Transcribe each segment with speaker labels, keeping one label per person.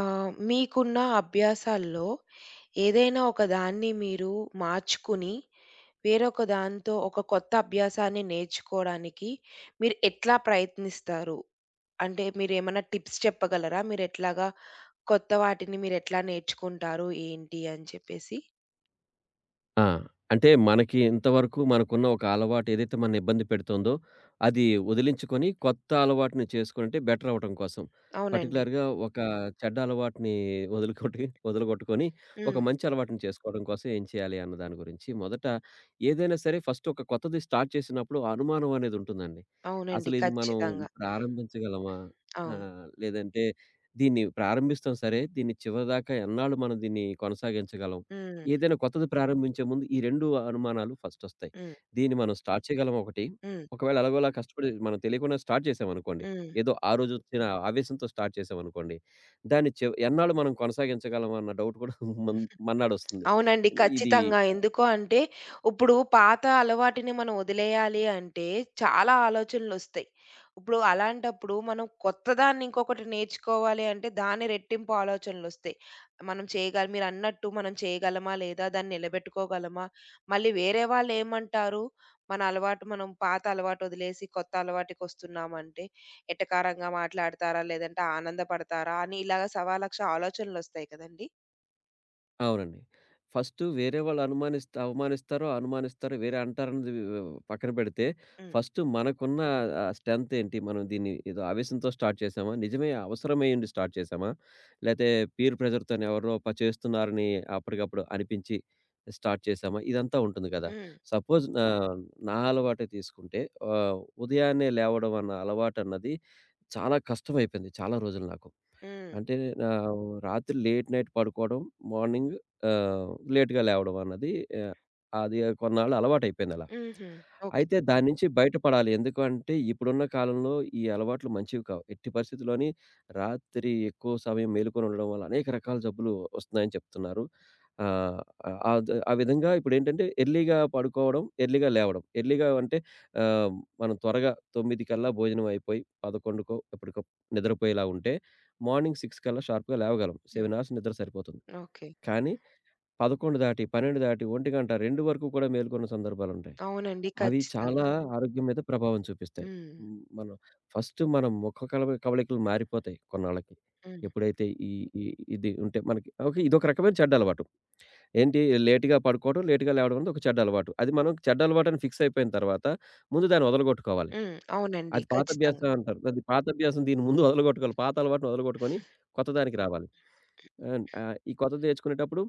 Speaker 1: మీకున్న అభ్యాసాల్లో ఏదైనా ఒక దాన్ని మీరు మార్చుకుని, వేరొక దాంతో ఒక కొత్త అభ్యాసాన్ని నేర్చుకోవడానికి మీరు ఎట్లా ప్రయత్నిస్తారు? అంటే మీరేమన్నా టిప్స్ చెప్పగలరా? కొత్త వాటిని మీరెట్లా నేర్చుకుంటారు? ఏంటి అని చెప్పేసి?
Speaker 2: ఆ! అంటే మనకి ఇంతవరకు మనకున్న ఒక అలవాటు ఏదైతే మనని ఇబ్బంది పెడుతోందో, అది వదిలించుకొని కొత్త అలవాటుని చేసుకుంటే బెటర్ అవ్వటం కోసం.
Speaker 1: అవునండి.
Speaker 2: పర్టిక్యులర్‌గా ఒక చెడ్డ అలవాటుని వదలగొట్టుకొని ఒక
Speaker 1: హ్మ్.
Speaker 2: మంచి అలవాటుని చేసుకోవడం కోసం ఏం చేయాలి అన్న దాని గురించి. మొదట ఏదైనా సరే ఫస్ట్ ఒక కొత్తది స్టార్ట్ చేసినప్పుడు అనుమానం అనేది ఉంటుందండి.
Speaker 1: అవునండి,
Speaker 2: అసలు ఇది మనం
Speaker 1: ఖచ్చితంగా.
Speaker 2: ప్రారంభించగలమా?
Speaker 1: అవును.
Speaker 2: లేదంటే దీన్ని ప్రారంభిస్తాం సరే, దీన్ని చివరిదాకా ఎన్నాళ్ళు మనం దీన్ని కొనసాగించగలం?
Speaker 1: హ్మ్.
Speaker 2: ఏదైనా కొత్తది ప్రారంభించే ముందు ఈ 2 అనుమానాలు ఫస్టొస్తాయి.
Speaker 1: హ్మ్.
Speaker 2: దీన్ని మనం స్టార్ట్ చేయగలమా ఒకటి,
Speaker 1: హ్మ్.
Speaker 2: ఒకవేళ ఎలాగోలా కష్టపడి మనం తెలియకుండా స్టార్ట్ చేశామనుకోండి.
Speaker 1: హ్మ్.
Speaker 2: ఏదో ఆ రోజొచ్చిన ఆవేశంతో స్టార్ట్ చేశామనుకోండి. దాన్ని ఎన్నాళ్ళు మనం కొనసాగించగలం అన్న డౌట్ కూడా మన్ మన్నాడొస్తుంది.
Speaker 1: అవునండి,
Speaker 2: ఇది
Speaker 1: ఖచ్చితంగా. ఎందుకు అంటే, ఇప్పుడు పాత అలవాటిని మనం వదిలేయాలి అంటే, చాలా ఆలోచనలొస్తాయి. ఇప్పుడు అలాంటప్పుడు మనం కొత్తదాన్ని ఇంకొకటి నేర్చుకోవాలి అంటే, దాని రెట్టింపు ఆలోచనలొస్తాయి. మనం చేయగల మీరన్నట్టు మనం చేయగలమా? లేదా? దాన్ని నిలబెట్టుకోగలమా? మళ్ళీ వేరే వాళ్ళేమంటారు? మన అలవాటు మనం పాత అలవాటు వదిలేసి కొత్త అలవాటుకొస్తున్నామంటే, ఎటకారంగా మాట్లాడతారా? లేదంటే ఆనందపడతారా? అని ఇలాగ సవాలక్ష ఆలోచనలొస్తాయి కదండీ!
Speaker 2: అవునండి. ఫస్టు వేరే వాళ్ళు అవమానిస్తారో, అనుమానిస్తారో, వేరే అంటారన్నది పక్కన పెడితే,
Speaker 1: హ్మ్.
Speaker 2: ఫస్టు మనకున్న స్ట్రెంత్ ఏంటి? మనం దీన్ని ఏదో ఆవేశంతో స్టార్ట్ చేశామా? నిజమే అవసరమై ఉండి స్టార్ట్ చేశామా? లేతే పీర్ ప్రెషర్‌తోని ఎవరో చేస్తున్నారని అప్పటికప్పుడు అనిపించి స్టార్ట్ చేశామా? ఇదంతా ఉంటుంది కదా!
Speaker 1: హ్మ్.
Speaker 2: సపోజ్ నా నా అలవాటే తీసుకుంటే ఉదయాన్నే లేవడం అన్న అలవాటన్నది చాలా కష్టమైపోయింది చాలా రోజులు నాకు.
Speaker 1: హ్మ్.
Speaker 2: అంటే ఆహ్, రాత్రి లేట్ నైట్ పడుకోవడం, మార్నింగ్ లేట్‌గా లేవడం అన్నది ఆహ్, అది కొన్నాళ్ళు అలవాటైపోయింది అలా.
Speaker 1: హుహు. ఓకే.
Speaker 2: అయితే దాని నుంచి బయటపడాలి. ఎందుకంటే ఇప్పుడున్న కాలంలో ఈ అలవాట్లు మంచివి కావు. ఎట్టి పరిస్థితిలోని రాత్రి ఎక్కువ సమయం మేలుకొని ఉండడం వల్ల అనేక రకాల జబ్బులు వస్తున్నాయని చెప్తున్నారు. ఆహ్, అద్ ఆ ఆ విధంగా ఇప్పుడేంటంటే ఎర్లీగా పడుకోవడం, ఎర్లీగా లేవడం. ఎర్లీగా అంటే ఆహ్, మనం త్వరగా 9 కల్లా భోజనం అయిపోయి 11కో ఎప్పటికో నిద్రపోయేలా ఉంటే మార్నింగ్ 6 కల్లా షార్ప్‌గా లేవగలం. 7
Speaker 1: హ్మ్.
Speaker 2: అవర్స్ నిద్ర సరిపోతుంది.
Speaker 1: ఓకే.
Speaker 2: కానీ 11 దాటి, 12 దాటి, 1 గంట, 2 వరకు కూడా మేలుకున్న సందర్భాలుంటాయి.
Speaker 1: అవునండి,
Speaker 2: అవి చాలా
Speaker 1: ఖచ్చితంగా.
Speaker 2: అవును. ఆరోగ్యం మీద ప్రభావం చూపిస్తాయి.
Speaker 1: హ్మ్.
Speaker 2: హ్మ్. మనం ఫస్ట్ మన ముఖ కవళికలు మారిపోతాయి కొన్నాళ్ళకి.
Speaker 1: హ్మ్.
Speaker 2: ఎప్పుడైతే ఈ ఈ ఇది ఉంటే మనకి ఓకే. ఇదొక రకమైన చెడ్డలవాటు. ఏంటి లేట్‌గా పడుకోవడం, లేట్‌గా లేవడం అనేది ఒక చెడ్డ అలవాటు. అది మనం చెడ్డ అలవాటని ఫిక్స్ అయిపోయిన తర్వాత ముందు దాన్ని వదలగొట్టుకోవాలి.
Speaker 1: హ్మ్. అవునండి,
Speaker 2: అది పాత
Speaker 1: ఖచ్చితంగా.
Speaker 2: అభ్యాసం అంటారు. అది పాత అభ్యాసం దీని ముందు వదలగొట్టుకోవాలి. పాత అలవాటుని వదలగొట్టుకొని కొత్త దానికి రావాలి. ఈ కొత్తది నేర్చుకునేటప్పుడు,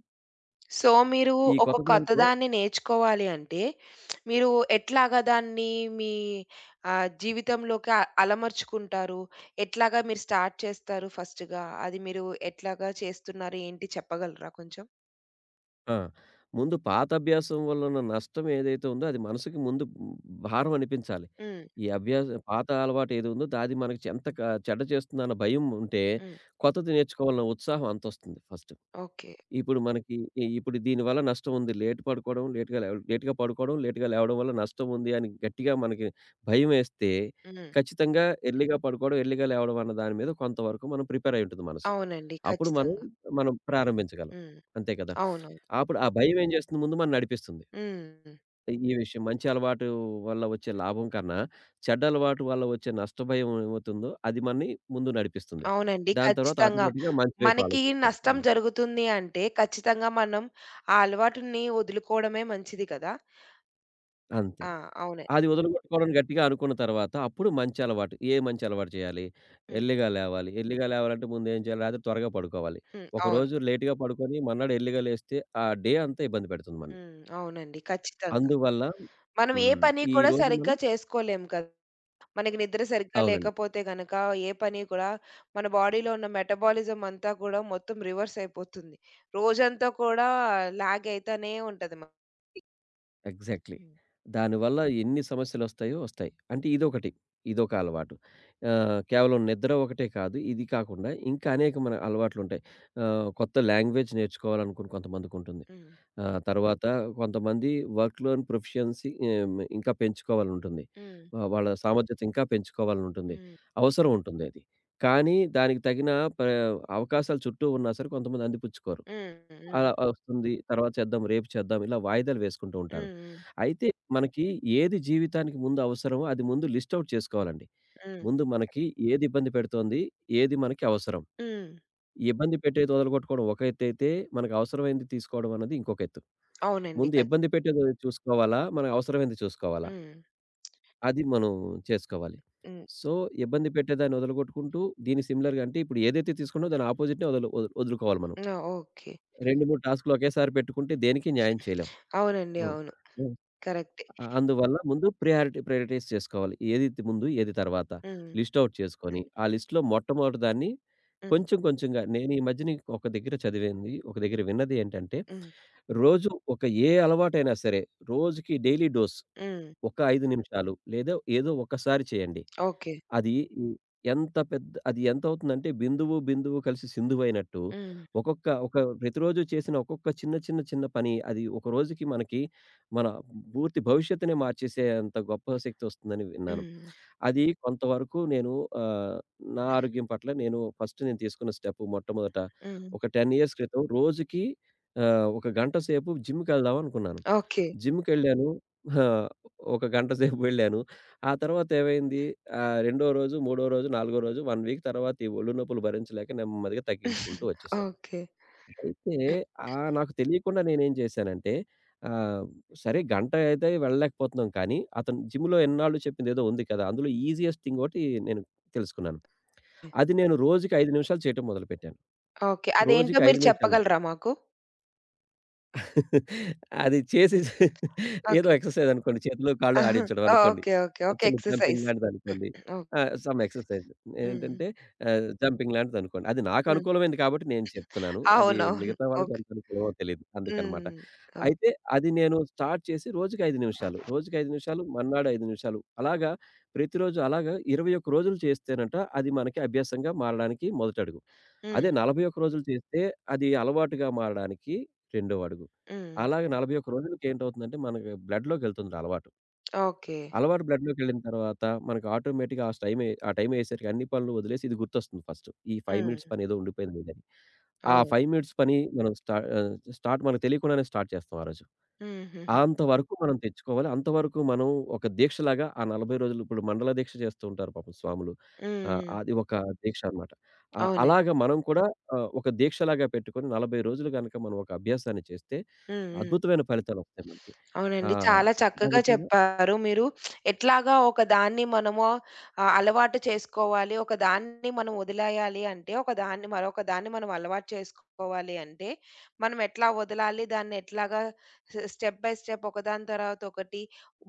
Speaker 1: సో, మీరు
Speaker 2: ఈ
Speaker 1: ఒక
Speaker 2: కొత్త
Speaker 1: కొత్త
Speaker 2: దాంట్లో
Speaker 1: దాన్ని నేర్చుకోవాలి అంటే, మీరు ఎట్లాగా దాన్ని మీ జీవితంలోకి అలమర్చుకుంటారు? ఎట్లాగా మీరు స్టార్ట్ చేస్తారు ఫస్ట్‌గా? అది మీరు ఎట్లాగా చేస్తున్నారు? ఏంటి చెప్పగలరా కొంచెం?
Speaker 2: ఆ! ముందు పాత అభ్యాసం వల్ల ఉన్న నష్టం ఏదైతే ఉందో అది మనసుకి ముందు భారం అనిపించాలి.
Speaker 1: హ్మ్.
Speaker 2: ఈ అభ్యాస పాత అలవాటు ఏది ఉందో అది మనకి ఎంత క చెడ్డ చేస్తుందన్న భయం ఉంటే
Speaker 1: హ్మ్.
Speaker 2: కొత్తది నేర్చుకోవాలన్న ఉత్సాహం అంతొస్తుంది ఫస్ట్.
Speaker 1: ఓకే.
Speaker 2: ఇప్పుడు మనకి ఇప్పుడు దీనివల్ల నష్టముంది. లేట్ పడుకోవడం, లేట్‌గా పడుకోవడం, లేట్‌గా లేవడం వల్ల నష్టముంది అని గట్టిగా మనకి భయమేస్తే,
Speaker 1: హ్మ్.
Speaker 2: ఖచ్చితంగా ఎర్లీగా పడుకోవడం, ఎర్లీగా లేవడం అన్న దాని మీద కొంతవరకు మనం ప్రిపేర్ అయి ఉంటుంది మనసు.
Speaker 1: అవునండి,
Speaker 2: అప్పుడు మనం,
Speaker 1: ఖచ్చితంగా.
Speaker 2: మనం ప్రారంభించగలం.
Speaker 1: హ్మ్.
Speaker 2: అంతే కదా!
Speaker 1: అవును.
Speaker 2: అప్పుడు ఆ భయం ఏం చేస్తుంది ముందు మనం నడిపిస్తుంది.
Speaker 1: హ్మ్.
Speaker 2: ఈ ఈ విషయం మంచి అలవాటు వల్ల వచ్చే లాభం కన్నా, చెడ్డ అలవాటు వల్ల వచ్చే నష్ట భయం ఏమవుతుందో అది మనని ముందు నడిపిస్తుంది.
Speaker 1: అవునండి,
Speaker 2: దాని తర్వాత
Speaker 1: ఖచ్చితంగా.
Speaker 2: ఆటోమేటిక్‌గా మంచి వైపు
Speaker 1: మనకి
Speaker 2: ఆలోచిస్తాం.
Speaker 1: నష్టం
Speaker 2: హ్మ్.
Speaker 1: జరుగుతుంది అంటే, ఖచ్చితంగా మనం ఆ అలవాటుని వదులుకోవడమే మంచిది కదా!
Speaker 2: అంతే.
Speaker 1: ఆ! అవునే.
Speaker 2: అది వదులుగొట్టుకోవడం గట్టిగా అనుకున్న తర్వాత, అప్పుడు మంచి అలవాటు. ఏ మంచి అలవాటు చేయాలి?
Speaker 1: హ్మ్.
Speaker 2: ఎర్లీగా లేవాలి. ఎర్లీగా లేవాలంటే ముందు ఏం చేయాలి? రాత్రి త్వరగా పడుకోవాలి.
Speaker 1: హ్మ్. అవును.
Speaker 2: ఒకరోజు లేట్‌గా పడుకొని మర్నాడు ఎర్లీగా లేస్తే, ఆ డే అంతా ఇబ్బంది పెడుతుంది మనల్ని.
Speaker 1: హ్మ్. అవునండి, ఖచ్చితంగా.
Speaker 2: అందువల్ల
Speaker 1: మనం ఏ
Speaker 2: హ్మ్.
Speaker 1: పని కూడా
Speaker 2: ఈరోజు మనం
Speaker 1: సరిగ్గా చేసుకోలేం కదా! మనకి నిద్ర సరిగ్గా
Speaker 2: అవునండి.
Speaker 1: లేకపోతే గనక ఏ పని కూడా మన బాడీలో ఉన్న మెటబాలిజం అంతా కూడా మొత్తం రివర్స్ అయిపోతుంది. రోజంతా కూడా లాగ్ అయితానే ఉంటది మనకి.
Speaker 2: ఎగ్జాక్ట్‌లీ.
Speaker 1: హ్మ్.
Speaker 2: దానివల్ల ఎన్ని సమస్యలొస్తాయో వస్తాయి. అంటే ఇదొకటి. ఇదొక అలవాటు. కేవలం నిద్ర ఒకటే కాదు. ఇది కాకుండా ఇంకా అనేకమైన అలవాట్లుంటాయి. కొత్త లాంగ్వేజ్ నేర్చుకోవాలనుకుని కొంతమందికుంటుంది.
Speaker 1: హ్మ్.
Speaker 2: ఆ! తర్వాత కొంతమంది వర్క్ లోన్ ప్రొఫిషియన్సీ ఇంకా పెంచుకోవాలనుంటుంది.
Speaker 1: హ్మ్.
Speaker 2: వాళ్ళ సామర్థ్యత ఇంకా పెంచుకోవాలనుంటుంది.
Speaker 1: హ్మ్.
Speaker 2: అవసరం ఉంటుంది అది. కానీ దానికి తగిన ప అవకాశాలు చుట్టూ ఉన్నా సరే కొంతమంది అందిపుచ్చుకోరు.
Speaker 1: హ్మ్. హ్మ్.
Speaker 2: అలా వస్తుంది, తర్వాత చేద్దాం, రేపు చేద్దాం ఇలా వాయిదాలు వేసుకుంటూ ఉంటారు.
Speaker 1: హ్మ్. హ్మ్.
Speaker 2: అయితే మనకి ఏది జీవితానికి ముందు అవసరమో అది ముందు లిస్ట్ ఔట్ చేసుకోవాలండి.
Speaker 1: హ్మ్.
Speaker 2: ముందు మనకి ఏది ఇబ్బంది పెడుతోంది? ఏది మనకి అవసరం?
Speaker 1: హ్మ్.
Speaker 2: ఈ ఇబ్బంది పెట్టేది వదలగొట్టుకోవడం ఒక ఎత్తైతే, మనకు అవసరమైంది తీసుకోవడం అన్నది ఇంకొక ఎత్తు.
Speaker 1: అవునండి.
Speaker 2: ముందు ఇబ్బంది పెట్టేది చూసుకోవాలా? మనకు అవసరమైంది చూసుకోవాలా?
Speaker 1: హ్మ్.
Speaker 2: అది మనం చేసుకోవాలి.
Speaker 1: హ్మ్.
Speaker 2: సో, ఇబ్బంది పెట్టేదాన్ని వదలగొట్టుకుంటూ దీని సిమిలర్‌గా అంటే ఇప్పుడు ఏదైతే తీసుకున్నామో దాని అపోజిట్‌నే వదులు వదులు వదులుకోవాలి మనం.
Speaker 1: ఆ! ఓకే.
Speaker 2: 2, 3 టాస్క్‌లు ఒకేసారి పెట్టుకుంటే దేనికి న్యాయం చేయలేం.
Speaker 1: అవునండి.
Speaker 2: హ్మ్.
Speaker 1: అవును.
Speaker 2: హ్మ్.
Speaker 1: కరెక్టే.
Speaker 2: అందువల్ల ముందు ప్రయారిటైజ్ చేసుకోవాలి. ఏది తి ముందు, ఏది తర్వాత
Speaker 1: హ్మ్.
Speaker 2: లిస్ట్ ఔట్ చేసుకొని, ఆ లిస్ట్‌లో మొట్టమొదటి దాన్ని
Speaker 1: హ్మ్.
Speaker 2: కొంచెం కొంచెంగా నేను ఈ మధ్యన ఒక దగ్గర చదివింది, ఒక దగ్గర విన్నది ఏంటంటే,
Speaker 1: హ్మ్.
Speaker 2: రోజు ఒక ఏ అలవాటైనా సరే రోజుకి డైలీ డోస్
Speaker 1: హ్మ్.
Speaker 2: ఒక 5 నిమిషాలు లేదా ఏదో ఒకసారి చేయండి.
Speaker 1: ఓకే.
Speaker 2: అది ఈ ఎంత పెద్ద అది ఎంతవుతుందంటే బిందువు, బిందువు కలిసి సింధువైనట్టు
Speaker 1: హ్మ్.
Speaker 2: ఒక్కొక్క ఒక ప్రతిరోజు చేసిన ఒక్కొక్క చిన్న, చిన్న, చిన్న పని అది ఒక రోజుకి మనకి మన పూర్తి భవిష్యత్తునే మార్చేసేంత గొప్ప శక్తి వస్తుందని విన్నాను.
Speaker 1: హ్మ్.
Speaker 2: అది కొంతవరకు నేను ఆహ్, నా ఆరోగ్యం పట్ల నేను ఫస్ట్ నేను తీసుకున్న స్టెప్ మొట్టమొదట
Speaker 1: హ్మ్.
Speaker 2: ఒక 10 ఇయర్స్ క్రితం రోజుకి ఒక గంట సేపు జిమ్‌కెళ్దాం అనుకున్నాను.
Speaker 1: ఓకే.
Speaker 2: జిమ్‌కెళ్ళాను. ఆ! ఒక గంట సేపు వెళ్ళాను. ఆ తర్వాత ఏమైంది రెండో రోజు, మూడో రోజు, నాలుగో రోజు 1 వీక్ తర్వాత ఈ ఒళ్ళు నొప్పులు భరించలేక నెమ్మదిగా తగ్గించుకుంటూ వచ్చేసాను.
Speaker 1: ఓకే.
Speaker 2: అయితే నాకు తెలియకుండా నేనేం చేశానంటే ఆహ్, సరే గంట అయితే వెళ్ళలేకపోతున్నాం కానీ అతను జిమ్‌లో ఎన్నాళ్ళు చెప్పిందేదో ఉంది కదా! అందులో ఈజియెస్ట్ థింగ్ ఒకటి నేను తెలుసుకున్నాను. అది నేను రోజుకి 5 నిమిషాలు చేయటం మొదలుపెట్టాను.
Speaker 1: ఓకే. అదేంటో
Speaker 2: రోజుకి 5
Speaker 1: మీరు
Speaker 2: నిమిషాలు.
Speaker 1: చెప్పగలరా మాకు?
Speaker 2: అది చేసి ఏదో
Speaker 1: ఓకే.
Speaker 2: ఎక్సర్సైజ్ అనుకోండి. చేతులు, కాళ్ళు
Speaker 1: ఆహా!
Speaker 2: ఆడించడం అనుకోండి.
Speaker 1: ఓకే. ఓకే. ఒక
Speaker 2: చిన్న జంపింగ్
Speaker 1: ఎక్సర్‌సైజ్.
Speaker 2: లాంటిదనుకోండి.
Speaker 1: ఓహ్!
Speaker 2: ఆ! సమ్ ఎక్సర్సైజ్
Speaker 1: హ్మ్.
Speaker 2: ఏంటంటే జంపింగ్ లాంటిదనుకోండి. అది నాకు
Speaker 1: హ్మ్.
Speaker 2: అనుకూలమైంది కాబట్టి నేను చెప్తున్నాను. అది
Speaker 1: అవునవును.
Speaker 2: మిగతా వాళ్ళకి
Speaker 1: ఓకే.
Speaker 2: ఎంత అనుకూలమో తెలీదు. అందుకనమాట.
Speaker 1: హ్మ్. ఓకే.
Speaker 2: అయితే అది నేను స్టార్ట్ చేసి రోజుకి 5 నిమిషాలు, రోజుకి 5 నిమిషాలు, మర్నాడు 5 నిమిషాలు అలాగా ప్రతిరోజు అలాగా 21 రోజులు చేస్తేనంట అది మనకి అభ్యాసంగా మారడానికి మొదటడుగు. అదే
Speaker 1: హ్మ్.
Speaker 2: 41 రోజులు చేస్తే అది అలవాటుగా మారడానికి రెండో అడుగు.
Speaker 1: హ్మ్.
Speaker 2: అలాగే 41 రోజులకేంటవుతుందంటే మనకి బ్లడ్‌లోకెళ్తుంది అలవాటు.
Speaker 1: ఓకే.
Speaker 2: అలవాటు బ్లడ్‌లోకెళ్ళిన తర్వాత మనకు ఆటోమేటిక్‌గా ఆ టైమే ఆ టైం అయ్యేసరికి అన్ని పనులు వదిలేసి ఇది గుర్తొస్తుంది ఫస్ట్. ఈ 5
Speaker 1: హ్మ్.
Speaker 2: మినిట్స్ పని ఏదో ఉండిపోయింది అని. ఆ
Speaker 1: అవును.
Speaker 2: 5 మినిట్స్ పని మనం స్టార్ట్ మనకు తెలియకుండానే స్టార్ట్ చేస్తాం ఆ రోజు.
Speaker 1: హుహుహు.
Speaker 2: అంతవరకు మనం తెచ్చుకోవాలి. అంతవరకు మనం ఒక దీక్షలాగా ఆ 40 రోజులు ఇప్పుడు మండల దీక్ష చేస్తూ ఉంటారు పాపం స్వాములు.
Speaker 1: హ్మ్. హ్మ్.
Speaker 2: అది ఒక దీక్ష అనమాట.
Speaker 1: అవునండి.
Speaker 2: అలాగా మనం కూడా ఒక దీక్షలాగా పెట్టుకొని 40 రోజులు గనక మనం ఒక అభ్యాసాన్ని చేస్తే
Speaker 1: హ్మ్. హ్మ్.
Speaker 2: అద్భుతమైన ఫలితాలొస్తాయి మనకి.
Speaker 1: అవునండి,
Speaker 2: ఆహ్,
Speaker 1: చాలా
Speaker 2: ఆ
Speaker 1: చక్కగా
Speaker 2: విధంగా
Speaker 1: చెప్పారు. మీరు ఎట్లాగా ఒక దాన్ని మనము అలవాటు చేసుకోవాలి. ఒక దాన్ని మనం వదిలేయాలి అంటే, ఒక దాన్ని మరొక దాన్ని మనం అలవాటు చేసుకోవాలి అంటే, మనం ఎట్లా వదలాలి, దాన్ని ఎట్లాగా స్టెప్ బై స్టెప్ ఒకదాని తర్వాత ఒకటి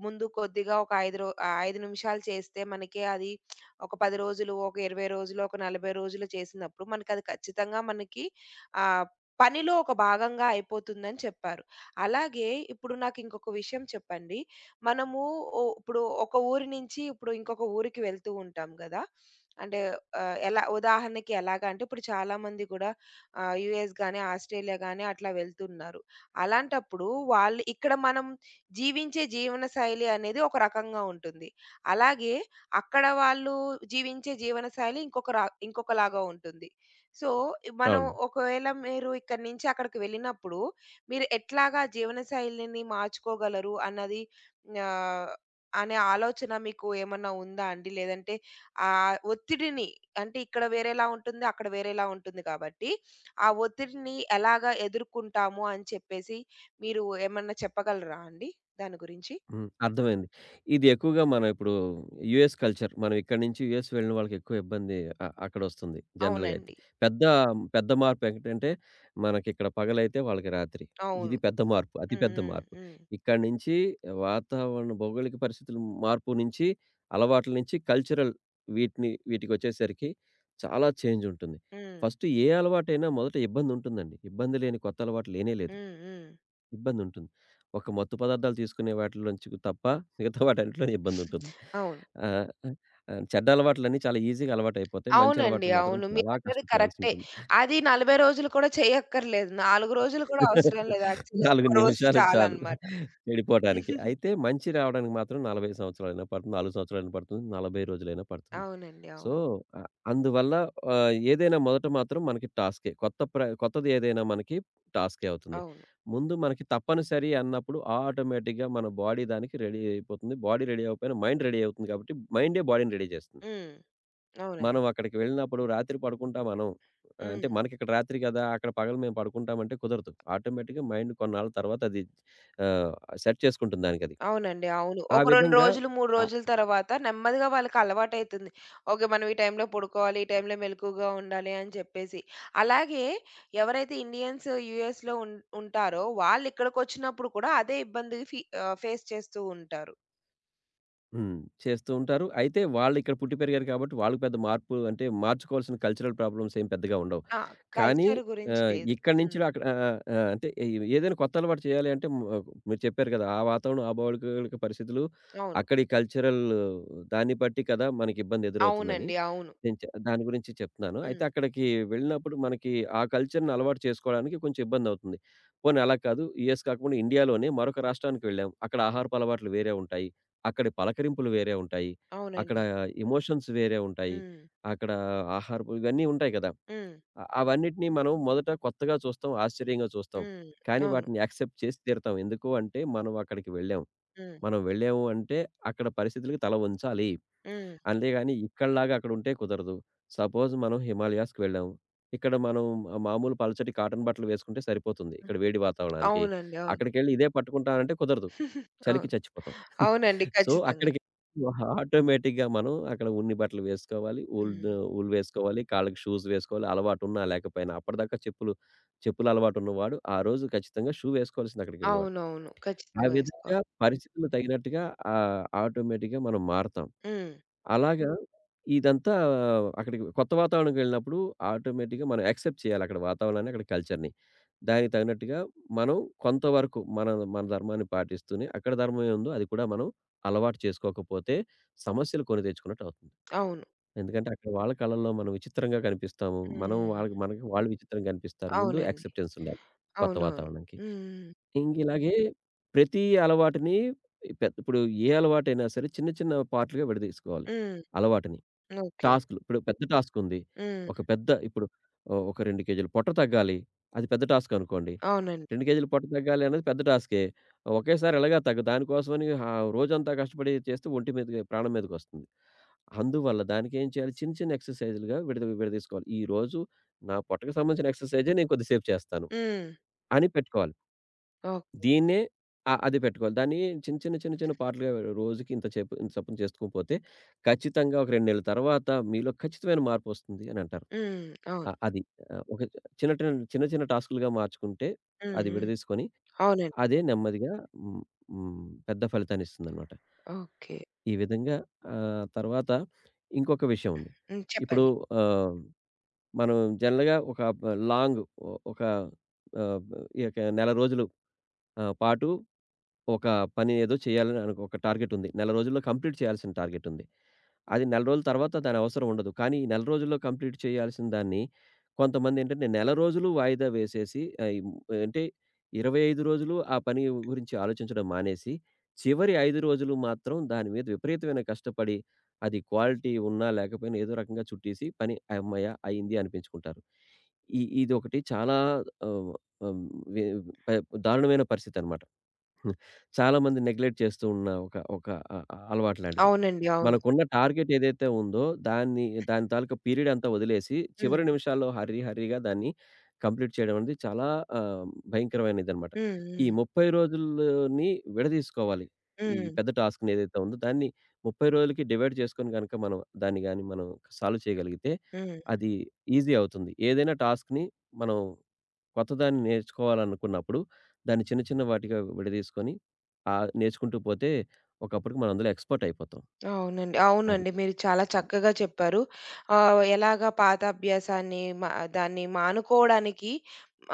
Speaker 1: ముందు కొద్దిగా ఒక 5 నిమిషాలు చేస్తే మనకి అది ఒక 10 రోజులు, ఒక 20 రోజులు, ఒక 40 రోజులు చేసినప్పుడు మనకది ఖచ్చితంగా మనకి ఆహ్, పనిలో ఒక భాగంగా అయిపోతుందని చెప్పారు. అలాగే ఇప్పుడు నాకింకొక విషయం చెప్పండి. మనము ఓ ఇప్పుడు ఒక ఊరి నుంచి ఇప్పుడు ఇంకొక ఊరికి వెళ్తూ ఉంటాం గదా! అంటే ఆహ్, ఎలా ఉదాహరణకి ఎలాగా అంటే ఇప్పుడు చాలామంది గూడా యూఎస్ గాని, ఆస్ట్రేలియా గాని అట్లా వెళ్తున్నారు. అలాంటప్పుడు వాళ్ళు ఇక్కడ మనం జీవించే జీవనశైలి అనేది ఒక రకంగా ఉంటుంది. అలాగే అక్కడ వాళ్ళు జీవించే జీవనశైలి ఇంకొకలాగా ఉంటుంది. సో, మనం
Speaker 2: అవును.
Speaker 1: ఒకవేళ మీరు ఇక్కడి నుంచి అక్కడికి వెళ్ళినప్పుడు మీరు ఎట్లాగా జీవనశైలిని మార్చుకోగలరు అన్నది ఆహ్, అనే ఆలోచన మీకు ఏమన్నా ఉందా అండి? లేదంటే ఆ ఒత్తిడిని అంటే ఇక్కడ వేరేలా ఉంటుంది, అక్కడ వేరేలా ఉంటుంది కాబట్టి, ఆ ఒత్తిడిని ఎలాగా ఎదుర్కుంటాము అని చెప్పేసి మీరు ఏమన్నా చెప్పగలరా అండి దాని గురించి?
Speaker 2: హ్మ్. అర్థమైంది. ఇది ఎక్కువగా మనం ఇప్పుడు యూఎస్ కల్చర్. మనం ఇక్కడి నుంచి యూఎస్ వెళ్ళిన వాళ్ళకి ఎక్కువ ఇబ్బంది అక్కడొస్తుంది జనరల్‌గా అయితే.
Speaker 1: అవునండి.
Speaker 2: పెద్ద, పెద్ద మార్పెంటంటే మనకిక్కడ పగలైతే వాళ్ళకి రాత్రి. ఇది
Speaker 1: అవును.
Speaker 2: పెద్ద మార్పు. అతి పెద్ద
Speaker 1: హ్మ్.
Speaker 2: మార్పు.
Speaker 1: హ్మ్.
Speaker 2: ఇక్కడి నుంచి వాతావరణ భౌగోళిక పరిస్థితుల మార్పు నుంచి, అలవాట్ల నుంచి కల్చరల్ వీటిని వీటికొచ్చేసరికి చాలా చేంజ్ ఉంటుంది.
Speaker 1: హ్మ్.
Speaker 2: ఫస్ట్ ఏ అలవాటైనా మొదట ఇబ్బందుంటుందండి. ఇబ్బంది లేని కొత్త అలవాటు లేనే లేదు.
Speaker 1: హ్మ్. హ్మ్. హ్మ్.
Speaker 2: ఇబ్బందుంటుంది. ఒక మత్తు పదార్థాలు తీసుకునే వాటిలోంచి తప్ప మిగతా వాటన్నిటిలో ఇబ్బందుంటుంది.
Speaker 1: అవును.
Speaker 2: ఆహ్, ఆహ్, చెడ్డ అలవాట్లన్నీ చాలా ఈజీగా అలవాటయిపోతాయి. మంచి
Speaker 1: అవునండి.
Speaker 2: అలవాట్లు మాత్రం
Speaker 1: అవును,
Speaker 2: చాలా
Speaker 1: మీరన్నది కరెక్టే.
Speaker 2: కష్టపడాల్సుంటుంది.
Speaker 1: అది 40 రోజులు కూడా చేయక్కర్లేదు. 4 రోజులు కూడా అవసరం లేదు యాక్చువల్లీ.
Speaker 2: 4
Speaker 1: ఒక్క రోజు
Speaker 2: నిమిషాలు చాలు
Speaker 1: చాలన్నమాట.
Speaker 2: చెడిపోవటానికి. అయితే మంచి రావడానికి మాత్రం 40 సంవత్సరాలైనా పడుతుంది, 4 సంవత్సరాలైనా పడుతుంది, 40 రోజులైనా పడుతుంది.
Speaker 1: అవునండి.
Speaker 2: సో,
Speaker 1: అవును.
Speaker 2: అ అందువల్ల ఏదైనా మొదట మాత్రం మనకి టాస్కే. కొత్తది ఏదైనా మనకి టాస్కే అవుతుంది.
Speaker 1: అవును.
Speaker 2: ముందు మనకి తప్పనిసరి అన్నప్పుడు ఆటోమేటిక్‌గా మన బాడీ దానికి రెడీ అయిపోతుంది. బాడీ రెడీ అవ్వకపోయినా మైండ్ రెడీ అవుతుంది కాబట్టి మైండే బాడీని రెడీ చేస్తుంది.
Speaker 1: హ్మ్. అవునండి.
Speaker 2: మనం అక్కడికి వెళ్ళినప్పుడు రాత్రి పడుకుంటాం మనం. అంటే
Speaker 1: హ్మ్.
Speaker 2: మనకిక్కడ రాత్రి కదా! అక్కడ పగలు మేము పడుకుంటామంటే కుదరదు. ఆటోమేటిక్‌గా మైండ్ కొన్నాళ్ళ తర్వాత అది ఆహ్, సెట్ చేసుకుంటుంది దానికది.
Speaker 1: అవునండి. అవును.
Speaker 2: ఆ
Speaker 1: ఒక 2
Speaker 2: విధంగా
Speaker 1: రోజులు, 3
Speaker 2: ఆహ్,
Speaker 1: రోజుల తర్వాత నెమ్మదిగా వాళ్ళకి అలవాటైతుంది. ఓకే. మనం ఈ టైంలో పడుకోవాలి. ఈ టైంలో మెలకువగా ఉండాలి అని చెప్పేసి. అలాగే ఎవరైతే ఇండియన్స్ యూఎస్‌లో ఉంటారో వాళ్ళిక్కడికొచ్చినప్పుడు కూడా అదే ఇబ్బంది ఫేస్ చేస్తూ ఉంటారు.
Speaker 2: హ్మ్. చేస్తూ ఉంటారు. అయితే వాళ్ళిక్కడ పుట్టి పెరిగారు కాబట్టి వాళ్ళకి పెద్ద మార్పు అంటే మార్చుకోవాల్సిన కల్చరల్ ప్రాబ్లమ్స్ ఏం పెద్దగా ఉండవు.
Speaker 1: ఆ!
Speaker 2: కానీ
Speaker 1: కల్చర్ గురించి లేదు.
Speaker 2: ఇక్కడి నుంచి
Speaker 1: హ్మ్.
Speaker 2: అక్కడ ఆహ్, ఆహ్, అంటే ఏదైనా కొత్త అలవాటు చేయాలి అంటే మీరు చెప్పారు కదా! ఆ వాతావరణం, ఆ భౌగోళిక పరిస్థితులు,
Speaker 1: అవును.
Speaker 2: అక్కడి కల్చరల్ దాన్ని బట్టి కదా! మనకి ఇబ్బంది ఎదురవుతుందని.
Speaker 1: అవునండి. అవును.
Speaker 2: నేను దాని గురించి చెప్తున్నాను. అయితే
Speaker 1: హ్మ్.
Speaker 2: అక్కడికి వెళ్ళినప్పుడు మనకి ఆ కల్చర్‌ని అలవాటు చేసుకోవడానికి కొంచెం ఇబ్బందవుతుంది. పోనీ అలా కాదు యూఎస్ కాకుండా ఇండియాలోనే మరొక రాష్ట్రానికి వెళ్ళాం. అక్కడ ఆహారపు అలవాట్లు వేరే ఉంటాయి. అక్కడి పలకరింపులు వేరే ఉంటాయి. అక్కడ
Speaker 1: అవునండి.
Speaker 2: ఎమోషన్స్ వేరే ఉంటాయి.
Speaker 1: హ్మ్.
Speaker 2: అక్కడ ఆహారపు ఇవన్నీ ఉంటాయి కదా!
Speaker 1: హ్మ్.
Speaker 2: అవన్నిటిని మనం మొదట కొత్తగా చూస్తాం, ఆశ్చర్యంగా చూస్తాం.
Speaker 1: హ్మ్.
Speaker 2: కానీ
Speaker 1: అవును.
Speaker 2: వాటిని యాక్సెప్ట్ చేసి తీరుతాం. ఎందుకు అంటే మనం అక్కడికి వెళ్ళాం.
Speaker 1: హ్మ్.
Speaker 2: మనం వెళ్ళాము అంటే అక్కడ పరిస్థితులకి తల వంచాలి.
Speaker 1: హ్మ్.
Speaker 2: అంతేగాని ఇక్కడిలాగా అక్కడ ఉంటే కుదరదు. సపోజ్ మనం హిమాలయాస్‌కి వెళ్ళాము. ఇక్కడ మనం మామూలు పలచటి కాటన్ బట్టలు వేసుకుంటే సరిపోతుంది.
Speaker 1: హ్మ్.
Speaker 2: ఇక్కడ వేడి వాతావరణానికి.
Speaker 1: అవునండి. అవును.
Speaker 2: అక్కడికెళ్ళి ఇదే పట్టుకుంటానంటే కుదరదు. చలికి
Speaker 1: అవును.
Speaker 2: చచ్చిపోతాం.
Speaker 1: అవునండి,
Speaker 2: సో,
Speaker 1: ఖచ్చితంగా.
Speaker 2: అక్కడికి ఆటోమేటిక్‌గా మనం అక్కడ ఉన్ని బట్టలు వేసుకోవాలి.
Speaker 1: హ్మ్.
Speaker 2: ఊలు వేసుకోవాలి. కాళ్ళకి షూస్ వేసుకోవాలి. అలవాటున్నా లేకపోయినా. అప్పటిదాకా చెప్పుల అలవాటున్నవాడు ఆ రోజు ఖచ్చితంగా షూ వేసుకోవాల్సింది అక్కడికెళ్ళినవాడు.
Speaker 1: అవునవును,
Speaker 2: ఆ
Speaker 1: ఖచ్చితంగా
Speaker 2: విధంగా
Speaker 1: వేసుకోవాలి.
Speaker 2: పరిస్థితులు తగినట్టుగా ఆటోమేటిక్‌గా మనం మారతాం.
Speaker 1: హ్మ్.
Speaker 2: అలాగా ఇదంతా అక్కడికి కొత్త వాతావరణంకెళ్ళినప్పుడు ఆటోమేటిక్‌గా మనం యాక్సెప్ట్ చేయాలి అక్కడ వాతావరణాన్ని, అక్కడ కల్చర్‌ని. దానికి తగినట్టుగా మనం కొంతవరకు మన మన ధర్మాన్ని పాటిస్తూనే, అక్కడ ధర్మం ఏముందో అది కూడా మనం అలవాటు చేసుకోకపోతే సమస్యలు కొని తెచ్చుకున్నట్టవుతుంది.
Speaker 1: అవును.
Speaker 2: ఎందుకంటే అక్కడ వాళ్ళ కళ్ళల్లో మనం విచిత్రంగా కనిపిస్తాము. మనం
Speaker 1: హ్మ్.
Speaker 2: వాళ్ళకి మనకి వాళ్ళు విచిత్రంగా కనిపిస్తారు. ముందు
Speaker 1: అవునండి.
Speaker 2: యాక్సెప్టెన్స్ ఉండాలి కొత్త
Speaker 1: అవునవును.
Speaker 2: వాతావరణంకి.
Speaker 1: హ్మ్.
Speaker 2: ఇంగిలాగే ప్రతి అలవాటుని ఇప్పుడు ఏ అలవాటైనా సరే చిన్న చిన్న పార్ట్‌లుగా విడదీసుకోవాలి
Speaker 1: హ్మ్.
Speaker 2: అలవాటుని.
Speaker 1: ఓకే.
Speaker 2: టాస్క్‌లు. ఇప్పుడు పెద్ద టాస్కుంది. ఒక
Speaker 1: హ్మ్.
Speaker 2: పెద్ద ఇప్పుడు ఓహ్! ఒక 2 కేజీలు పొట్ట తగ్గాలి. అది పెద్ద టాస్క్ అనుకోండి.
Speaker 1: అవునండి.
Speaker 2: 2 కేజీలు పొట్ట తగ్గాలి అనేది పెద్ద టాస్కే. ఒకేసారి ఎలాగా తగ్గదు. దానికోసమని ఆ రోజంతా కష్టపడి చేస్తే ఒంటి మీదకి ప్రాణం మీదకొస్తుంది. అందువల్ల దానికేం చేయాలి చిన్న చిన్న ఎక్సర్‌సైజులుగా విడదీసుకోవాలి. ఈరోజు నా పొట్టకి సంబంధించిన ఎక్సర్‌సైజే నేను కొద్దిసేపు చేస్తాను
Speaker 1: హ్మ్.
Speaker 2: అని పెట్టుకోవాలి.
Speaker 1: ఓకే.
Speaker 2: దీన్నే అది పెట్టుకోవాలి. దాన్ని చిన్న, చిన్న, చిన్న, చిన్న పార్ట్లుగా రోజుకి ఇంత చేపు ఇంత చొప్పున చేసుకోకపోతే ఖచ్చితంగా ఒక 2 నెలల తర్వాత మీలో ఖచ్చితమైన మార్పొస్తుంది అనంటారు.
Speaker 1: హ్మ్. అవును.
Speaker 2: అది. ఒక చిన్న, చిన్న, చిన్న, చిన్న టాస్కులుగా మార్చుకుంటే
Speaker 1: హ్మ్.
Speaker 2: అది
Speaker 1: హ్మ్.
Speaker 2: విడదీసుకొని
Speaker 1: అవునండి.
Speaker 2: అదే నెమ్మదిగా హ్మ్, హ్మ్, పెద్ద ఫలితాన్నిస్తుందనమాట.
Speaker 1: ఓకే.
Speaker 2: ఈ విధంగా తర్వాత ఇంకొక విషయం ఉంది.
Speaker 1: హ్మ్.
Speaker 2: ఇప్పుడు
Speaker 1: చెప్పండి.
Speaker 2: ఆహ్, మనం జనరల్‌గా ఒక లాంగ్ ఒక ఆహ్, ఈ యొక్క నెల రోజులు పాటు ఒక పని ఏదో చేయాలని అనుకో ఒక టార్గెటుంది. నెల రోజుల్లో కంప్లీట్ చేయాల్సిన టార్గెటుంది. అది నెల రోజుల తర్వాత దాని అవసరం ఉండదు. కానీ, ఈ నెల రోజుల్లో కంప్లీట్ చేయాల్సిన దాన్ని కొంతమందేంటంటే, నెల రోజులు వాయిదా వేసేసి ఆహ్, ఇం అంటే 25 రోజులు ఆ పని గురించి ఆలోచించడం మానేసి, చివరి 5 రోజులు మాత్రం దాని మీద విపరీతమైన కష్టపడి, అది క్వాలిటీ ఉన్నా, లేకపోయినా ఏదో రకంగా చుట్టేసి పని హమ్మయ్య! అయింది అనిపించుకుంటారు. ఈ ఇదొకటి చాలా ఆహ్, ఆహ్, వె ప దారుణమైన పరిస్థితనమాట. చాలామంది నెగ్లెక్ట్ చేస్తూ ఉన్న ఒక ఒక అ అ అలవాటు లాంటిది.
Speaker 1: అవునండి. అవును.
Speaker 2: మనకున్న టార్గెట్ ఏదైతే ఉందో దాన్ని దాని తాలూకా పీరియడ్ అంతా వదిలేసి చివరి
Speaker 1: హ్మ్.
Speaker 2: నిమిషాల్లో హర్రీ హర్రీగా దాన్ని కంప్లీట్ చేయడం అనేది చాలా ఆహ్, భయంకరమైనదనమాట.
Speaker 1: హ్మ్.
Speaker 2: ఈ
Speaker 1: హ్మ్.
Speaker 2: 30 రోజుల్లోని విడదీసుకోవాలి. ఈ
Speaker 1: హ్మ్.
Speaker 2: పెద్ద టాస్క్‌ని ఏదైతే ఉందో దాన్ని 30 రోజులకి డివైడ్ చేసుకొని గనుక మనం దాన్ని గాని మనం సాల్వ్ చేయగలిగితే
Speaker 1: హ్మ్.
Speaker 2: అది ఈజీ అవుతుంది. ఏదైనా టాస్క్‌ని మనం కొత్తదాన్ని నేర్చుకోవాలనుకున్నప్పుడు, దాన్ని చిన్న చిన్న వాటిగా విడదీసుకొని, నేర్చుకుంటూ పోతే ఒకప్పటికి మనం అందులో ఎక్స్‌పర్ట్ అయిపోతాం.
Speaker 1: అవునండి.
Speaker 2: అది.
Speaker 1: అవునండి, మీరు చాలా చక్కగా చెప్పారు. ఎలాగా పాత అభ్యాసాన్ని దాన్ని మానుకోవడానికి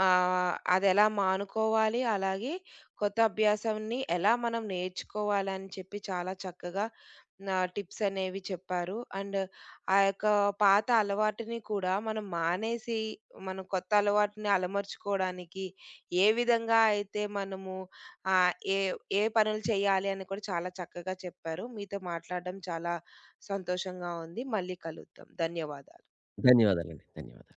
Speaker 1: అదెలా మానుకోవాలి, అలాగే కొత్త అభ్యాసాన్ని ఎలా మనం నేర్చుకోవాలని చెప్పి చాలా చక్కగా నా టిప్స్ అనేవి చెప్పారు. అండ్ ఆ యొక్క పాత అలవాటుని కూడా మనం మానేసి, మనం కొత్త అలవాటుని అలమర్చుకోవడానికి ఏ విధంగా అయితే మనము ఆ! ఏ ఏ పనులు చేయాలి అని కూడా చాలా చక్కగా చెప్పారు. మీతో మాట్లాడడం చాలా సంతోషంగా ఉంది. మళ్ళీ కలుద్దాం. ధన్యవాదాలు.
Speaker 2: ధన్యవాదాలండి. ధన్యవాదాలు.